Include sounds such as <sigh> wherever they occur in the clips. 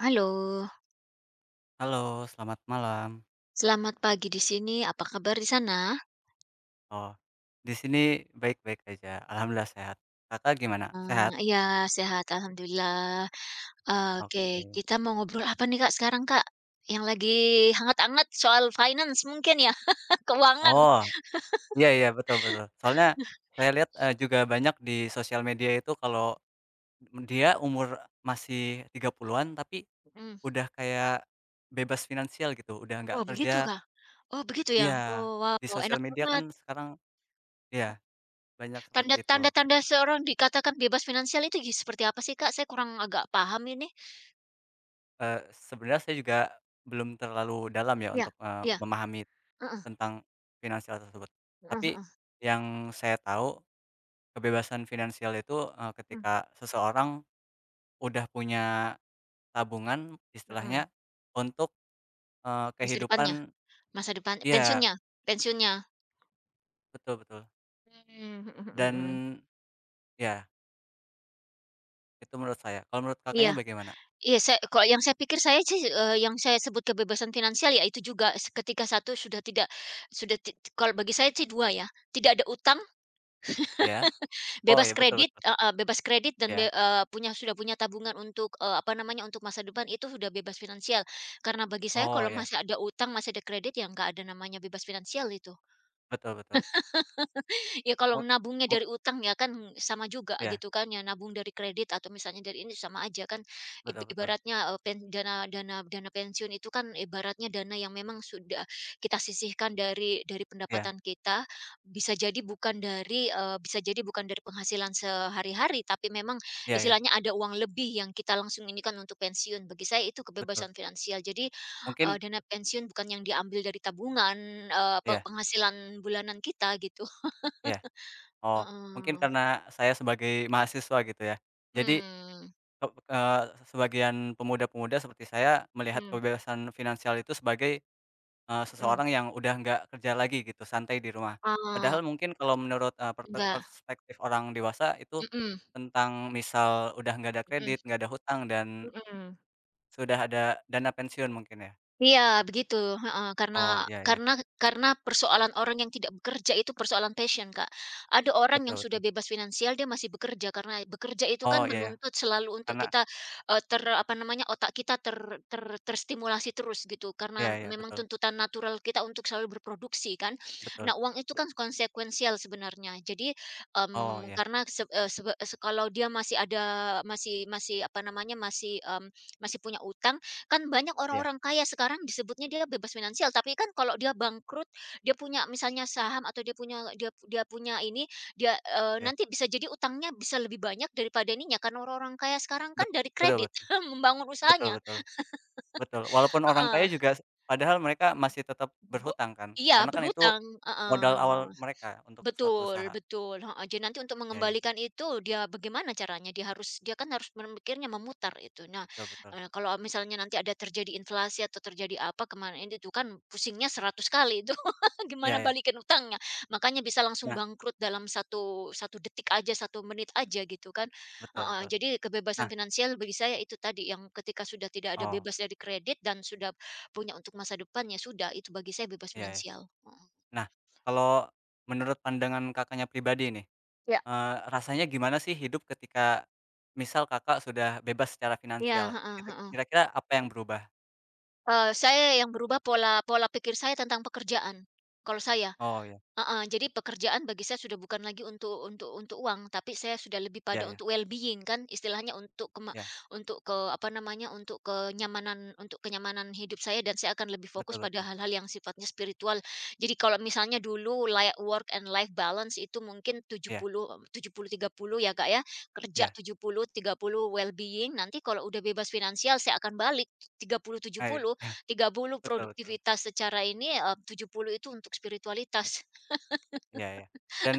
Halo, Halo, selamat malam. selamat pagi di sini. Apa kabar di sana? Oh, di sini baik-baik aja, alhamdulillah sehat. Kakak gimana? Sehat? Iya sehat alhamdulillah. Oke, Oke. kita mau ngobrol apa nih, Kak, sekarang, Kak? Yang lagi hangat-hangat soal finance mungkin ya? <laughs> Keuangan? Oh, iya iya, betul betul. Soalnya saya lihat, juga banyak di sosial media itu kalau dia umur masih 30-an tapi Mhm. udah kayak bebas finansial gitu, udah nggak Oh begitu, kerja, Kak? Oh begitu ya? iya, Oh di wow, sosial enak media kan banget. sekarang, iya, banyak seperti Tanda itu. tanda tanda seorang dikatakan bebas finansial itu seperti apa sih, Kak? Saya kurang agak paham ini. Eee, Sebenarnya saya juga belum terlalu dalam ya Iya untuk, iya. memahami Heeh tentang finansial tersebut. heeh Tapi heeh. yang saya tahu kebebasan finansial itu, Mmm, ketika seseorang udah punya tabungan mhm. istilahnya untuk, Masa depannya kehidupan, masa depan iya, pensiunnya pensiunnya. betul betul. Mmm, mhm Dan mhm. ya, itu menurut saya. Kalau menurut Iya Kakaknya bagaimana? iya, saya kalau yang saya pikir saya sih, yang saya sebut kebebasan finansial ya itu juga ketika satu sudah tidak sudah ti kalau bagi saya sih 2 ya, tidak ada utang, Ya. Oh bebas ya, betul kredit betul. heeh, bebas kredit dan Ya. Punya sudah punya tabungan untuk, apa namanya, untuk masa depan itu sudah bebas finansial. Karena bagi saya Oh kalau ya, masih ada utang, masih ada kredit, ya nggak ada namanya bebas finansial itu. betul betul. Ya Mu kalau nabungnya mu dari utang ya kan sama juga Iya, gitu kan ya, nabung dari kredit atau misalnya dari ini sama aja kan betul betul. ibaratnya, eee, pen dana dana dana pensiun itu kan ibaratnya dana yang memang sudah kita sisihkan dari Ya pendapatan kita, bisa jadi bukan dari, bisa jadi bukan dari penghasilan sehari-hari tapi memang ya ya, istilahnya ada uang lebih yang kita langsung ini kan untuk pensiun. Bagi saya itu betul. kebebasan finansial. Jadi, Mungkin. dana pensiun bukan yang diambil dari tabungan, eee, pe Ya penghasilan bulanan kita gitu. ya. Oh, mungkin Heeh. karena saya sebagai mahasiswa gitu ya. Jadi Mmm, Ep eee, sebagian pemuda-pemuda seperti saya melihat mhm kebebasan finansial itu sebagai, mhm. seseorang yang udah nggak kerja lagi gitu, santai di rumah. Oh, Padahal mungkin kalau menurut, enggak, perspektif orang dewasa itu mhm tentang misal udah nggak ada mhm kredit, nggak ada hutang, dan mhm. sudah ada dana pensiun mungkin ya? Iya begitu, heeh, Oh, karena iya iya, karena karena persoalan orang yang tidak bekerja itu persoalan passion, Kak. Ada orang yang betul sudah betul. bebas finansial dia masih bekerja karena bekerja itu kan Oh, iya iya, menuntut selalu untuk karena kita, eee, ter apa namanya, otak kita ter ter terstimulasi terus gitu iya karena iya, memang betul tuntutan natural kita untuk selalu berproduksi kan. betul. Nah uang itu Be kan konsekuensial sebenarnya. Jadi, oh, mmm, iya karena se eee, sebe se kalau dia masih ada masih masih apa namanya, masih, mmm, masih punya utang, Kan banyak iya orang-orang kaya sekarang disebutnya dia bebas finansial, tapi kan kalau dia bangkrut, dia punya misalnya saham atau dia punya ini, dia, iya, nanti bisa jadi utangnya bisa lebih banyak daripada ininya, karena orang-orang kaya sekarang kan bet dari betul kredit betul, <laughs> membangun betul usahanya. betul. Betul, walaupun orang kaya Heeh. juga padahal mereka masih tetap Be berhutang kan, iya karena kan itu berhutang, modal awal heeh. mereka untuk suatu Betul usaha. betul, heeh. Jadi nanti untuk Iya iya, mengembalikan itu dia bagaimana caranya, dia kan harus memikirnya memutar itu. Nah, betul betul. Kalau misalnya nanti ada terjadi inflasi atau terjadi apa kemarin itu kan pusingnya 100 kali itu <laughs> Iya gimana iya. balikin utangnya. Makanya bisa langsung Nah, bangkrut dalam satu satu detik aja, satu menit aja gitu kan. betul Heeh, betul. jadi kebebasan Nah, finansial bagi saya itu tadi yang ketika sudah tidak ada oh, bebas dari kredit dan sudah punya untuk masa depan, ya sudah itu bagi saya bebas iya iya. finansial, heeh. Nah, kalau menurut pandangan Kakaknya pribadi nih, Ya. Rasanya gimana sih hidup ketika misal Kakak sudah bebas secara Iya, finansial, heeh heeh. kira-kira apa yang berubah? Saya yang berubah pola pola pikir saya tentang pekerjaan, kalau saya. Oh ya, Heeh, jadi pekerjaan bagi saya sudah bukan lagi untuk untuk uang, tapi saya sudah lebih iya pada iya, untuk well-being kan istilahnya iya, untuk apa namanya, untuk kenyamanan hidup saya dan saya akan lebih betul fokus pada betul. hal-hal yang sifatnya spiritual. Jadi kalau misalnya dulu layak work and life balance itu mungkin tujuh tujuh Iya puluh 70/30 ya Kak ya, kerja iya, 70/30 well-being, nanti kalau udah bebas finansial saya akan balik tiga puluh tujuh nah, puluh <laughs> tiga puluh betul betul, produktivitas secara ini, eh, 70 itu untuk spiritualitas. iya iya. Dan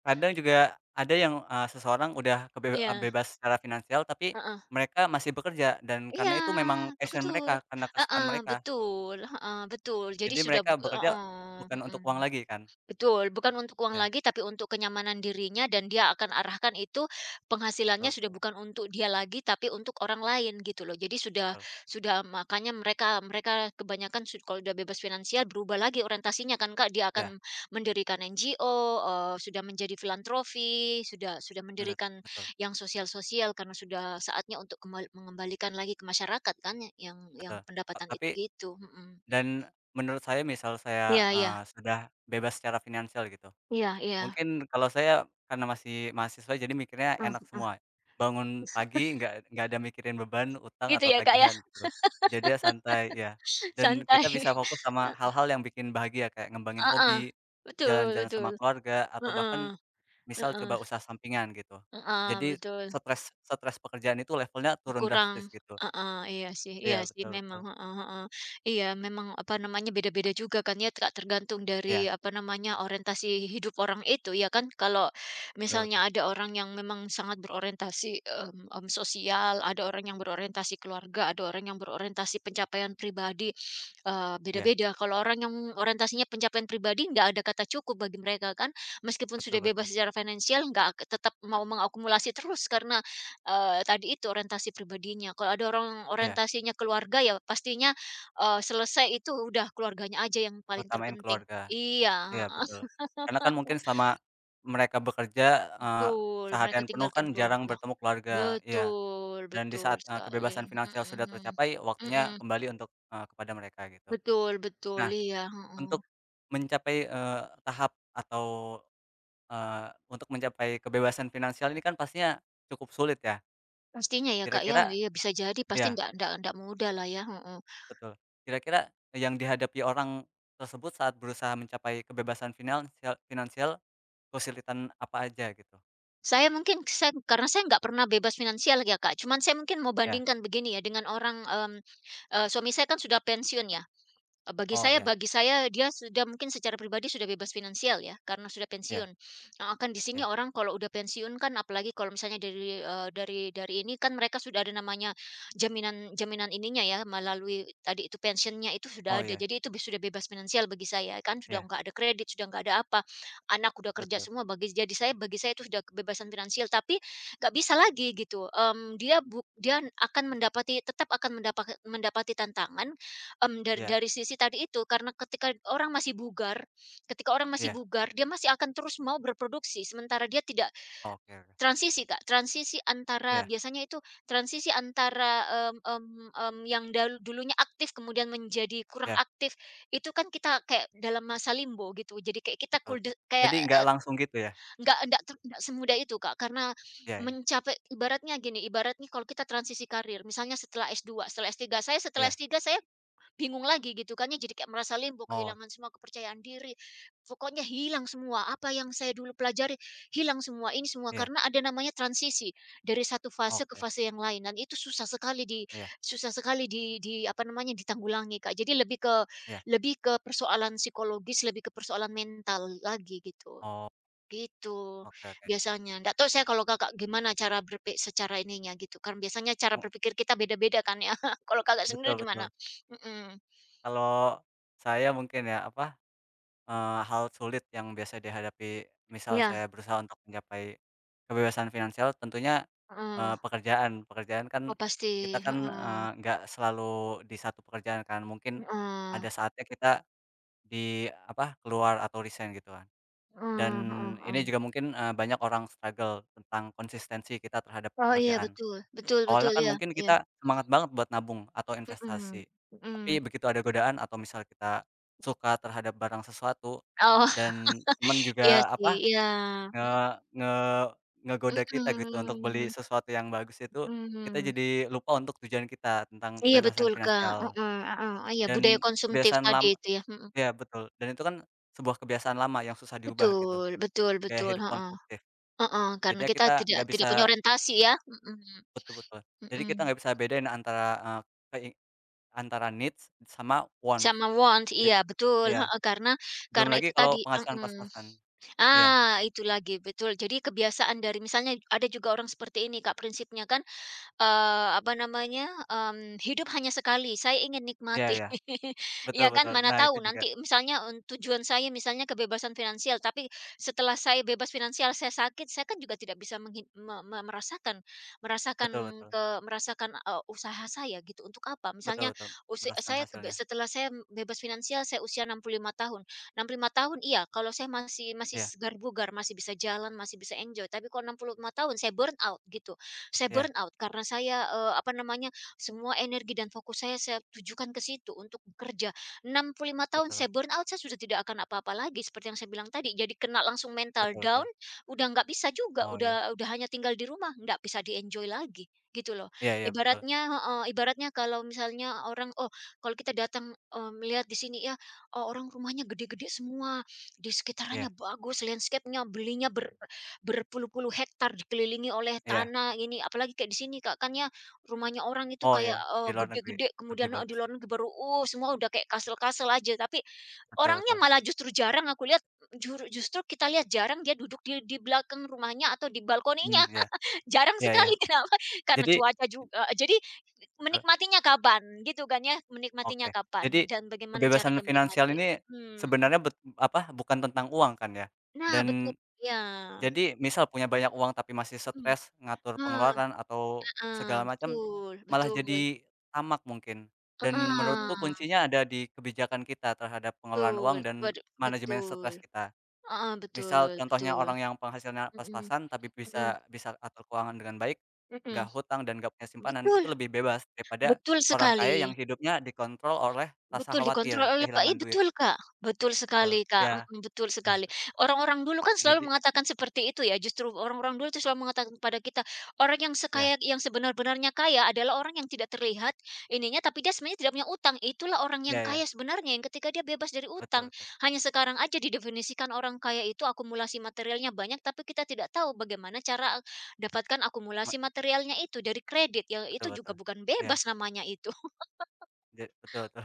kadang juga ada yang, seseorang udah Iya, bebas secara finansial, tapi heeh. mereka masih bekerja dan Iya, karena itu memang passion betul, mereka, karena kesukaan heeh, mereka. betul, heeh, betul. Jadi Jadi sudah mereka bekerja heeh, bukan mhm. untuk uang lagi kan. Betul, bukan untuk uang Ya, lagi, tapi untuk kenyamanan dirinya dan dia akan arahkan itu penghasilannya betul sudah betul bukan untuk dia lagi, tapi untuk orang lain gitu loh. Jadi sudah betul. Makanya mereka mereka kebanyakan kalau sudah bebas finansial berubah lagi orientasinya kan Kak, dia Iya, akan mendirikan NGO, sudah menjadi filantropi, sudah belut mendirikan betul yang sosial-sosial karena sudah saatnya untuk mengembalikan lagi ke masyarakat kan yang betul. Pendapatan itu Tapi gitu, mhm. dan menurut saya misal saya, Iya iya, sudah bebas secara finansial gitu, iya, mungkin kalau saya karena masih mahasiswa jadi mikirnya heeh enak heeh. semua. Bangun <laughs> pagi nggak ada mikirin beban, utang, Gitu atau ya Kak ya? tagihan gitu loh. Jadi ya santai, ya. Dan Santai, kita bisa fokus <laughs> sama e hal-hal yang bikin bahagia kayak ngembangin oo, hobi, betul, jalan-jalan sama betul. keluarga, atau Oo, bahkan misal oo, coba usaha sampingan gitu. oo, Jadi betul. stres stres pekerjaan itu levelnya turun Kurang drastis gitu. heeh, iya Iya sih betul betul. memang, heeh heeh. Iya memang, apa namanya, beda-beda juga kan ya, Kak, tergantung Iya, dari, apa namanya, orientasi hidup orang itu ya kan. Kalau betul misalnya betul. ada orang yang memang sangat berorientasi, sosial, ada orang yang berorientasi keluarga, ada orang yang berorientasi pencapaian pribadi, Iya, beda-beda. Kalau orang yang orientasinya pencapaian pribadi, nggak ada kata cukup bagi mereka kan. Meskipun betul sudah bebas betul. secara finansial, nggak ak- tetap mau mengakumulasi terus karena tadi itu orientasi pribadinya, kalau ada orang Iya, orientasinya keluarga ya pastinya, selesai itu udah keluarganya aja yang paling utamain terpenting. keluarga. Iya, Iya <laughs> betul. Karena kan mungkin selama mereka bekerja, eee, betul, mereka seharian penuh tinggalkan kan jarang keluarga. bertemu keluarga, iya. Betul Dan di betul saat, sekali, kebebasan finansial sudah mhm, tercapai, waktunya mhm, kembali untuk, kepada mereka gitu. betul betul, Nah, iya, heeh. untuk mencapai, tahap atau, eee, untuk mencapai kebebasan finansial ini kan pastinya cukup sulit ya. Pastinya ya, Kak, ya, Kira-kira iya bisa jadi pasti iya, nggak mudah lah ya, heeh. betul. Kira-kira yang dihadapi orang tersebut saat berusaha mencapai kebebasan finansial finansial, kesulitan apa aja gitu? Saya karena saya nggak pernah bebas finansial ya, Kak, cuman saya mungkin mau Iya. bandingkan begini ya dengan orang, mmm, suami saya kan sudah pensiun ya, Eee, bagi Oh, saya iya. Bagi saya dia sudah mungkin secara pribadi sudah bebas finansial ya, karena sudah Iya pensiun. Nah, kan di sini iya. orang kalau udah pensiun kan apalagi kalau misalnya dari, dari ini kan mereka sudah ada namanya jaminan jaminan ininya ya, melalui tadi itu pensiunnya itu Oh, sudah ada. iya Jadi itu sudah bebas finansial bagi saya, kan sudah iya, nggak ada kredit, sudah nggak ada apa. Anak udah kerja betul. semua bagi saya itu sudah kebebasan finansial, tapi nggak bisa lagi gitu, mmm, dia akan mendapati tetap akan mendapati tantangan Mmm, Iya dari sisi tadi itu, karena ketika orang masih bugar ketika orang masih iya. bugar, dia masih akan terus mau berproduksi, sementara dia tidak Oh, oke oke. transisi, Kak, transisi antara Iya biasanya itu transisi antara, yang dulunya aktif kemudian menjadi kurang iya, aktif, itu kan kita kayak dalam masa limbo gitu. Jadi kayak kita betul kulde betul. kayak, Jadi nggak langsung gitu ya? nggak semudah itu, Kak, karena Iya iya mencapai ibaratnya gini, ibaratnya kalau kita transisi karir, misalnya setelah s dua, setelah s iya. tiga saya Bingung lagi gitu kan ya, jadi kayak merasa limbo, Oh, kehilangan semua kepercayaan diri, pokoknya hilang semua, apa yang saya dulu pelajari hilang semua, ini semua iya. karena ada namanya transisi dari satu fase ke Oke. fase yang lain dan itu Iya susah sekali di apa namanya, ditanggulangi, Kak. Jadi iya. lebih ke persoalan psikologis, lebih ke persoalan mental lagi gitu, Oh, gitu oke oke. biasanya. Nggak tahu saya kalau Kakak gimana cara berpikir secara ininya gitu Karena biasanya cara Mu berpikir kita beda-beda kan ya. <laughs> Kalau Kakak sendiri Betul gimana? betul. Mhm. Kalau saya mungkin ya, apa, hal sulit yang biasa dihadapi misal Iya, saya berusaha untuk mencapai kebebasan finansial tentunya, heeh. Pekerjaan. Pekerjaan kan Oh, pasti, kita kan, heeh, nggak selalu di satu pekerjaan kan, mungkin heeh, ada saatnya kita di apa, keluar atau resign gitu kan. Dan heeh heeh ini heeh. juga mungkin, banyak orang struggle tentang konsistensi kita terhadap Oh, iya pekerjaan. betul, betul Awalnya betul, kan iya mungkin iya, kita semangat banget buat nabung atau mhm, investasi, tapi mhm. begitu ada godaan atau misal kita suka terhadap barang sesuatu Oh, <laughs> dan teman iya juga sih, apa, iya, nge nge ngegoda kita gitu untuk beli mhm sesuatu yang bagus itu, kita mhm. jadi lupa untuk tujuan kita tentang Iya kebebasan betul, Kak, finansial. heeh heeh, oh iya budaya Dan konsumtif kebiasaan tadi itu ya, mhm. iya betul, dan itu kan sebuah kebiasaan lama yang susah diubah gitu, Betul betul gaya betul, hidup heeh, konsumtif. heeh, karena Jadinya kita kita tidak nggak tidak punya bisa orientasi ya, mhm betul betul, jadi kita mhm. nggak bisa bedain antara, kei antara needs sama wants. Sama want, Jad iya betul, iya, heeh, belum karena lagi itu kalau tadi penghasilan mhm. pas-pasan. Iya Ah, itu lagi, betul. Jadi kebiasaan dari misalnya ada juga orang seperti ini Kak prinsipnya kan, apa namanya, mmm, hidup hanya sekali, saya ingin iya nikmati. iya, <laughs> Ya betul kan, betul. mana Nah itu tahu juga, nanti misalnya, tujuan saya misalnya kebebasan finansial, tapi setelah saya bebas finansial, saya sakit, saya kan juga tidak bisa menghi me me merasakan betul merasakan betul, ke merasakan, usaha saya gitu, untuk apa? Misalnya betul betul, usi merasakan saya kebe hasilnya. setelah saya bebas finansial, saya usia 65 tahun. Enam puluh lima tahun iya, kalau saya masih masih Iya segar bugar, masih bisa jalan, masih bisa enjoy, tapi kalau 65 tahun saya burn out gitu saya iya, burn out karena saya, apa namanya, semua energi dan fokus saya tujukan ke situ untuk bekerja. 65 tahun saya betul, burn out saya sudah tidak akan apa-apa lagi seperti yang saya bilang tadi. Jadi kena langsung mental betul down, betul. udah nggak bisa juga, Oh iya, udah hanya tinggal di rumah, nggak bisa di-enjoy lagi, gitu loh. iya iya betul, Ibaratnya heeh, ibaratnya kalau misalnya orang, oh kalau kita datang, melihat di sini ya, oh orang rumahnya gede-gede semua, di sekitarnya iya bagus, landscape-nya, belinya ber Berpuluh-puluh hektar dikelilingi oleh iya, tanah ini, apalagi kayak di sini Kak, kan ya rumahnya orang itu oh kayak, iya, di luar negeri gede-gede lebih kemudian, di bagus, luar negeri baru, semua udah kayak kastel-kastel aja, tapi betul orangnya betul, malah justru jarang aku lihat, justru kita lihat jarang dia duduk di belakang rumahnya atau di mmm, balkoninya. iya, <laughs> Jarang iya iya. sekali, kenapa? Karena Jadi cuaca juga. Jadi betul, menikmatinya kapan? Gitu kan ya, menikmatinya oke. kapan Jadi, dan bagaimana cara kebebasan dia finansial menikmati? ini Mhm. sebenarnya apa, bukan tentang uang kan ya? Nah betul, Dan ya jadi misal punya banyak uang tapi masih mhm, stres ngatur ah. pengeluaran atau Ah segala macam, betul malah betul. jadi tamak mungkin. Dan menurutku Heeh, kuncinya ada di kebijakan kita terhadap pengelolaan betul. uang dan Waduh, manajemen betul. stres kita. Heeh, Misal betul contohnya betul. orang yang penghasilannya Mhm pas-pasan tapi mhm bisa bisa atur keuangan dengan baik, nggak mhm. hutang dan nggak punya simpanan, itu Betul, lebih bebas daripada betul orang kaya sekali. yang hidupnya dikontrol oleh rasa Betul, dikontrol khawatir oleh Pak i kehilangan duit, betul, Kak, betul betul, sekali, Kak, iya. mhm, betul sekali. Orang-orang dulu kan selalu Jadi mengatakan seperti itu ya, justru orang-orang dulu itu selalu mengatakan kepada kita, orang yang ya sekaya yang sebenar-benarnya kaya adalah orang yang tidak terlihat ininya, tapi dia sebenarnya tidak punya utang, itulah orang yang ya kaya ya sebenarnya, yang ketika dia bebas dari betul utang. betul, Hanya sekarang aja didefinisikan orang kaya itu akumulasi materialnya banyak, tapi kita tidak tahu bagaimana cara dapatkan me akumulasi materialnya itu dari kredit, yang betul itu betul, juga bukan ya bebas namanya itu. <laughs> ja betul betul.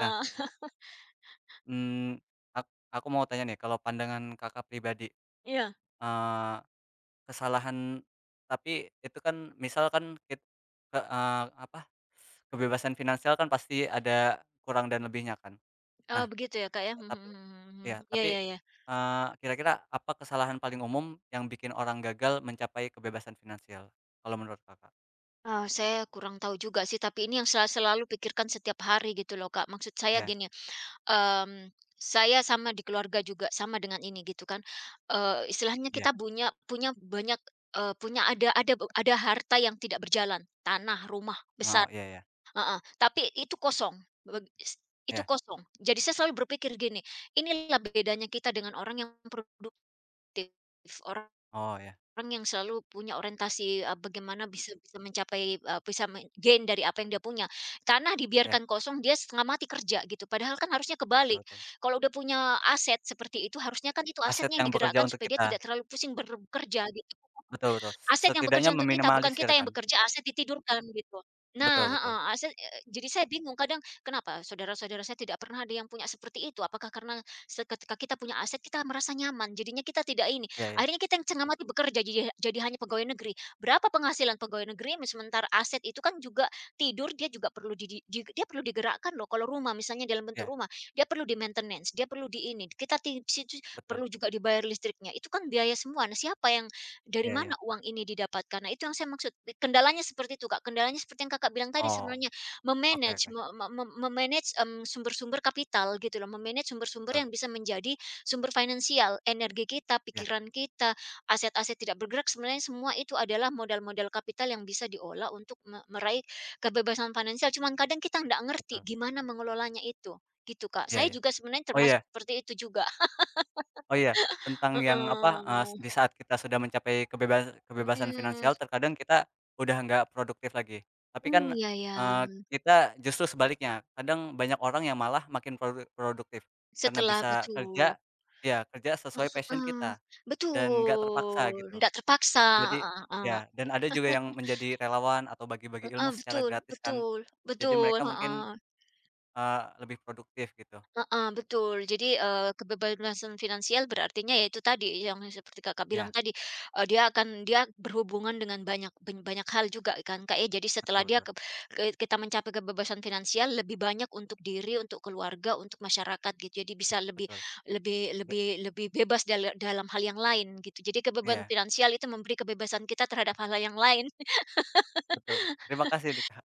Nah, mmm, ak aku mau tanya nih kalau pandangan Kakak pribadi, iya. eee, kesalahan tapi itu kan misal kan ke eee, apa, kebebasan finansial kan pasti ada kurang dan lebihnya kan. Oh Nah, begitu ya Kak ya? Mhm tapi mhm mhm ya mhm. Iya tapi, iya iya. Kira-kira apa kesalahan paling umum yang bikin orang gagal mencapai kebebasan finansial kalau menurut Kakak? Oh saya kurang tahu juga sih, tapi ini yang selalu pikirkan setiap hari gitu loh Kak. Maksud saya Iya gini, mmm, saya sama di keluarga juga sama dengan ini gitu kan, istilahnya iya, kita punya punya banyak, eee, punya ada harta yang tidak berjalan, tanah, rumah mau, besar iya iya heeh, tapi itu kosong, beg itu iya. kosong. Jadi saya selalu berpikir gini, inilah bedanya kita dengan orang yang produktif, orang Oh iya Orang yang selalu punya orientasi, bagaimana bisa bisa mencapai, bisa men gain dari apa yang dia punya. Tanah iya, dibiarkan kosong, dia setengah mati kerja gitu, padahal kan harusnya betul kebalik. betul. Kalau udah punya aset seperti itu, harusnya kan itu Aset asetnya yang yang bekerja digerakkan untuk supaya dia kita, tidak terlalu pusing bekerja gitu. betul betul. Aset yang Setidaknya bekerja untuk kita, bukan meminimalisir kita yang kan? bekerja, aset ditidurkan gitu. Nah Betul betul. heeh, jadi saya bingung kadang kenapa saudara-saudara saya tidak pernah ada yang punya seperti itu, apakah karena ketika kita punya aset kita merasa nyaman, jadinya kita tidak ini, Iya iya akhirnya kita yang setengah mati bekerja jadi hanya pegawai negeri. Berapa penghasilan pegawai negeri, sementara aset itu kan juga tidur dia juga perlu di dia perlu digerakkan loh, kalau rumah misalnya dalam bentuk iya, rumah, dia perlu di-maintenance, dia perlu di ini, kita ti situ betul. perlu juga dibayar listriknya, itu kan biaya semua. Nah siapa yang dari Iya mana iya. uang ini didapatkan? Nah, itu yang saya maksud, kendalanya seperti itu, Kak. Kendalanya seperti yang Kakak bilang tadi Oh, sebenarnya, oke memanage, manage oke, me me me me-manage, em, sumber-sumber kapital gitu loh, sumber-sumber betul. yang bisa menjadi sumber finansial, energi kita, Iya, pikiran kita, aset-aset tidak bergerak, sebenarnya semua itu adalah modal-modal kapital yang bisa diolah untuk meraih kebebasan finansial, cuman kadang kita nggak ngerti betul. gimana mengelolanya itu, gitu, Kak. Iya Saya iya. juga sebenarnya Oh termasuk iya. seperti itu juga. Oh iya, tentang yang apa, Heeh, di saat kita sudah mencapai kebebasan mhm, finansial terkadang kita udah nggak produktif lagi. Tapi kan, Hmm. Iya ya. eee, kita justru sebaliknya, kadang banyak orang yang malah makin produktif karena bisa kerja Betul, ya kerja sesuai passion heeh, kita dan nggak terpaksa betul, gitu. ndak terpaksa, Jadi heeh heeh, ya dan ada juga yang menjadi relawan atau bagi-bagi heeh, ilmu secara betul gratis kan. betul Jadi betul, mereka heeh. mungkin, lebih produktif gitu. Heeh, betul. Jadi, kebebasan finansial berartinya ya itu tadi yang seperti Kakak bilang Ya tadi, eee, dia akan dia berhubungan dengan banyak hal juga kan, Kak, ya. Jadi setelah betul dia betul keb ke kita mencapai kebebasan finansial lebih banyak untuk diri, untuk keluarga, untuk masyarakat gitu. Jadi bisa lebih betul. lebih Be lebih lebih bebas dalam hal yang lain gitu. Jadi kebebasan iya, finansial itu memberi kebebasan kita terhadap hal-hal yang lain. betul betul. Terima kasih nih,